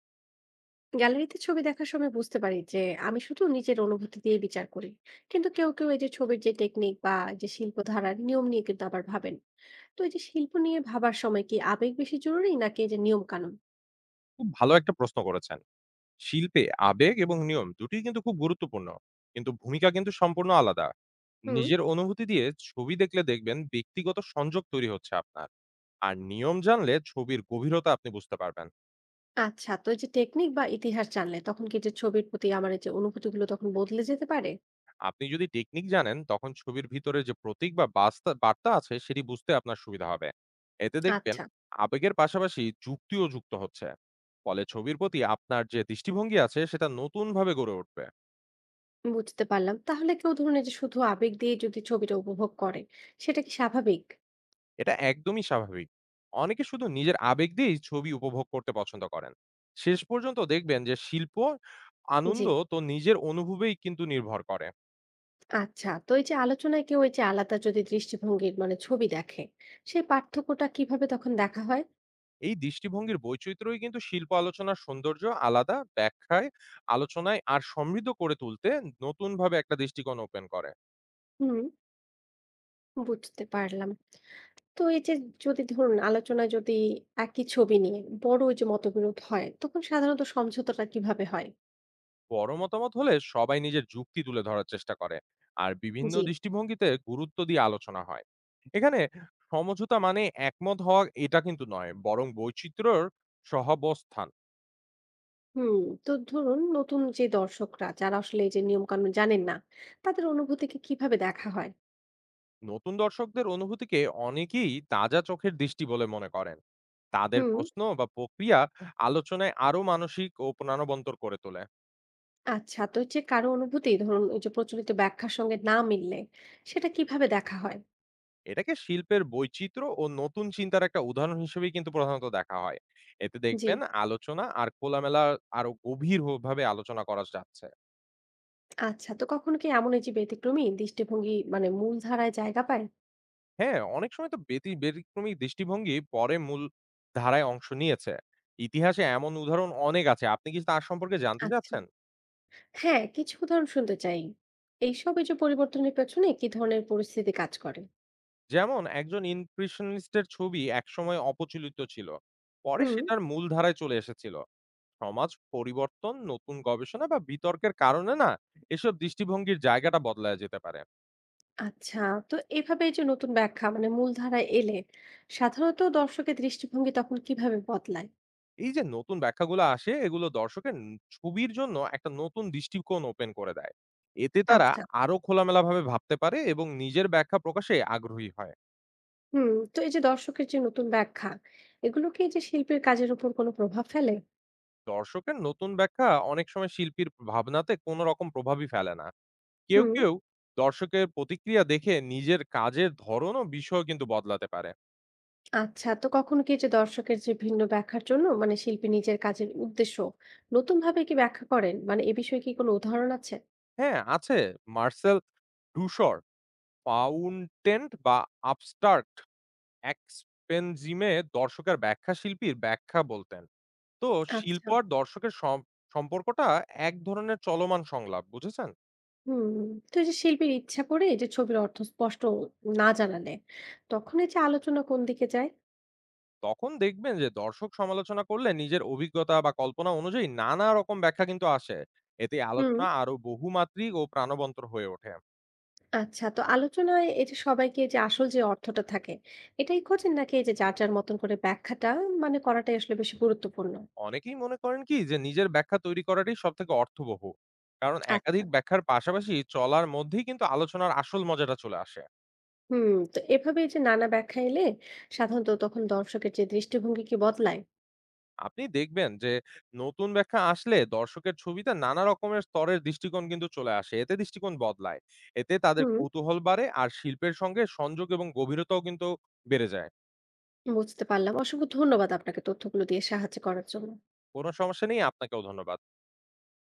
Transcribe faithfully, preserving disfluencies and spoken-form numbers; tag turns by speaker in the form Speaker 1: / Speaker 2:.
Speaker 1: গ্যালারিতে ছবি দেখার সময় বুঝতে পারি যে আমি শুধু নিজের অনুভূতি দিয়ে বিচার করি, কিন্তু কেউ কেউ এই যে ছবির যে টেকনিক বা এই যে শিল্প ধারার নিয়ম নিয়ে কিন্তু আবার ভাবেন। তো এই যে শিল্প নিয়ে ভাবার সময় কি আবেগ বেশি জরুরি নাকি এই যে নিয়ম কানুন?
Speaker 2: খুব ভালো একটা প্রশ্ন করেছেন। শিল্পে আবেগ এবং নিয়ম দুটিই কিন্তু খুব গুরুত্বপূর্ণ। কিন্তু ভূমিকা কিন্তু সম্পূর্ণ আলাদা।
Speaker 1: হুম
Speaker 2: নিজের অনুভূতি দিয়ে ছবি দেখলে দেখবেন ব্যক্তিগত সংযোগ তৈরি হচ্ছে আপনার। আর নিয়ম জানলে ছবির গভীরতা আপনি বুঝতে পারবেন।
Speaker 1: আচ্ছা, তো এই যে টেকনিক বা ইতিহাস জানলে তখন কি যে ছবির প্রতি আমার এই যে অনুভূতিগুলো তখন বদলে যেতে পারে?
Speaker 2: আপনি যদি টেকনিক জানেন তখন ছবির ভিতরে যে প্রতীক বা বাস্তা বার্তা আছে সেটি বুঝতে আপনার সুবিধা হবে। এতে দেখবেন
Speaker 1: আচ্ছা,
Speaker 2: আবেগের পাশাপাশি যুক্তিও যুক্ত হচ্ছে। ফলে ছবির প্রতি আপনার যে দৃষ্টিভঙ্গি আছে সেটা নতুনভাবে গড়ে উঠবে।
Speaker 1: বুঝতে পারলাম। তাহলে কেউ ধরুন এই যে শুধু আবেগ দিয়ে যদি ছবিটা উপভোগ করে, সেটা কি স্বাভাবিক?
Speaker 2: এটা একদমই স্বাভাবিক। অনেকে শুধু নিজের আবেগ দিয়েই ছবি উপভোগ করতে পছন্দ করেন। শেষ পর্যন্ত দেখবেন যে শিল্প
Speaker 1: জি।
Speaker 2: আনন্দ তো নিজের অনুভবেই কিন্তু নির্ভর করে।
Speaker 1: আচ্ছা, তো এই যে আলোচনায় কেউ এই যে আলাদা যদি দৃষ্টিভঙ্গির মানে ছবি দেখে, সেই পার্থক্যটা কিভাবে তখন দেখা হয়?
Speaker 2: এই দৃষ্টিভঙ্গির বৈচিত্র্যই কিন্তু শিল্প আলোচনার সৌন্দর্য আলাদা ব্যাখ্যায়, আলোচনায় আর সমৃদ্ধ করে তুলতে নতুনভাবে একটা দৃষ্টিকোণ ওপেন করে।
Speaker 1: হুম, বুঝতে পারলাম। তো এই যে যদি ধরুন আলোচনায় যদি একই ছবি নিয়ে বড় ওই যে মতবিরোধ হয়, তখন সাধারণত সমঝোতাটা কিভাবে হয়?
Speaker 2: বড় মতামত হলে সবাই নিজের যুক্তি তুলে ধরার চেষ্টা করে, আর বিভিন্ন
Speaker 1: জি।
Speaker 2: দৃষ্টিভঙ্গিতে গুরুত্ব দিয়ে আলোচনা হয়। এখানে সমঝোতা মানে একমত হওয়া এটা কিন্তু নয়, বরং বৈচিত্র্যর সহাবস্থান।
Speaker 1: হুম তো ধরুন নতুন যে দর্শকরা যারা আসলে এই যে নিয়ম কানুন জানেন না, তাদের অনুভূতিকে কিভাবে দেখা হয়?
Speaker 2: নতুন দর্শকদের অনুভূতিকে অনেকেই তাজা চোখের দৃষ্টি বলে মনে করেন। তাদের
Speaker 1: হুম
Speaker 2: প্রশ্ন বা প্রক্রিয়া আলোচনায় আরো মানসিক ও প্রাণবন্তর করে তোলে।
Speaker 1: আচ্ছা, তো যে কারো অনুভূতি ধরুন ওই যে প্রচলিত ব্যাখ্যার সঙ্গে না মিললে, সেটা কিভাবে দেখা হয়?
Speaker 2: এটাকে শিল্পের বৈচিত্র্য ও নতুন চিন্তার একটা উদাহরণ হিসেবেই কিন্তু প্রধানত দেখা হয়। এতে
Speaker 1: জি।
Speaker 2: দেখবেন আলোচনা আর খোলামেলা আরো গভীর হ ভাবে আলোচনা করা যাচ্ছে।
Speaker 1: আচ্ছা, তো কখনো কি এমন এই যে ব্যতিক্রমী দৃষ্টিভঙ্গি মানে মূলধারায় জায়গা পায়?
Speaker 2: হ্যাঁ, অনেক সময় তো ব্যতি ব্যতিক্রমী দৃষ্টিভঙ্গি পরে মূল ধারায় অংশ নিয়েছে। ইতিহাসে এমন উদাহরণ অনেক আছে। আপনি কি তার সম্পর্কে জানতে
Speaker 1: আচ্ছা।
Speaker 2: চাচ্ছেন?
Speaker 1: হ্যাঁ, কিছু উদাহরণ শুনতে চাই। এইসব এই যে পরিবর্তনের পেছনে কি ধরনের পরিস্থিতি কাজ করে?
Speaker 2: যেমন একজন ইমপ্রেশনিস্টের ছবি একসময় অপচলিত ছিল। পরে
Speaker 1: হুম
Speaker 2: সেটার মূল ধারায় চলে এসেছিল। সমাজ পরিবর্তন, নতুন গবেষণা বা বিতর্কের কারণে না এসব দৃষ্টিভঙ্গির জায়গাটা বদলায় যেতে পারে।
Speaker 1: আচ্ছা, তো এভাবে এই যে নতুন ব্যাখ্যা মানে মূলধারায় এলে সাধারণত দর্শকের দৃষ্টিভঙ্গি তখন কিভাবে বদলায়?
Speaker 2: এই যে নতুন ব্যাখ্যাগুলো আসে এগুলো দর্শকের ন- ছবির জন্য একটা নতুন দৃষ্টিকোণ ওপেন করে দেয়। এতে তারা
Speaker 1: আচ্ছা,
Speaker 2: আরো খোলামেলা ভাবে ভাবতে পারে এবং নিজের ব্যাখ্যা প্রকাশে আগ্রহী হয়।
Speaker 1: হুম, তো এই যে দর্শকের যে নতুন ব্যাখ্যা এগুলো কি এই যে শিল্পীর কাজের উপর কোনো প্রভাব ফেলে?
Speaker 2: দর্শকের নতুন ব্যাখ্যা অনেক সময় শিল্পীর ভাবনাতে কোনো রকম প্রভাবই ফেলে না। কেউ
Speaker 1: হুম।
Speaker 2: কেউ দর্শকের প্রতিক্রিয়া দেখে নিজের কাজের ধরন ও বিষয় কিন্তু বদলাতে পারে।
Speaker 1: আচ্ছা, তো কখনো কি এই যে দর্শকের যে ভিন্ন ব্যাখ্যার জন্য মানে শিল্পী নিজের কাজের উদ্দেশ্য নতুন ভাবে কি ব্যাখ্যা করেন, মানে এ বিষয়ে কি কোনো উদাহরণ আছে?
Speaker 2: হ্যাঁ আছে। মার্সেল ডুসর ফাউন্টেন্ট বা আবস্ট্রাক্ট এক্সপেনজিমে দর্শকের ব্যাখ্যা শিল্পীর ব্যাখ্যা বলতেন। তো শিল্প
Speaker 1: আচ্ছা,
Speaker 2: আর দর্শকের সম সম্পর্কটা এক ধরনের চলমান সংলাপ, বুঝেছেন?
Speaker 1: হুম, তো এই যে শিল্পীর ইচ্ছা করে এই যে ছবির অর্থ স্পষ্ট না জানালে, তখন এই যে আলোচনা কোন দিকে যায়?
Speaker 2: তখন দেখবেন যে দর্শক সমালোচনা করলে নিজের অভিজ্ঞতা বা কল্পনা অনুযায়ী নানা রকম ব্যাখ্যা কিন্তু আসে। এতে
Speaker 1: হুম
Speaker 2: আলোচনা আরো বহুমাত্রিক ও প্রাণবন্ত হয়ে ওঠে।
Speaker 1: আচ্ছা, তো আলোচনায় এই যে সবাইকে এই যে আসল যে অর্থটা থাকে এটাই খোঁজেন নাকি এই যে যার যার মতন করে ব্যাখ্যাটা মানে করাটাই আসলে বেশি গুরুত্বপূর্ণ?
Speaker 2: অনেকেই মনে করেন কি যে নিজের ব্যাখ্যা তৈরি করাটাই সবথেকে অর্থবহ। কারণ
Speaker 1: আচ্ছা,
Speaker 2: একাধিক ব্যাখ্যার পাশাপাশি চলার মধ্যেই কিন্তু আলোচনার আসল মজাটা চলে আসে।
Speaker 1: হুম, তো এভাবে এই যে নানা ব্যাখ্যা এলে সাধারণত তখন দর্শকের যে দৃষ্টিভঙ্গি কি বদলায়?
Speaker 2: আপনি দেখবেন যে নতুন ব্যাখ্যা আসলে দর্শকের ছবিতে নানা রকমের স্তরের দৃষ্টিকোণ কিন্তু চলে আসে, এতে দৃষ্টিকোণ বদলায়। এতে তাদের
Speaker 1: হুম,
Speaker 2: কৌতূহল বাড়ে আর শিল্পের সঙ্গে সংযোগ এবং গভীরতাও কিন্তু বেড়ে যায়।
Speaker 1: বুঝতে পারলাম। অসংখ্য ধন্যবাদ আপনাকে তথ্যগুলো দিয়ে সাহায্য করার জন্য।
Speaker 2: কোনো সমস্যা নেই, আপনাকেও ধন্যবাদ।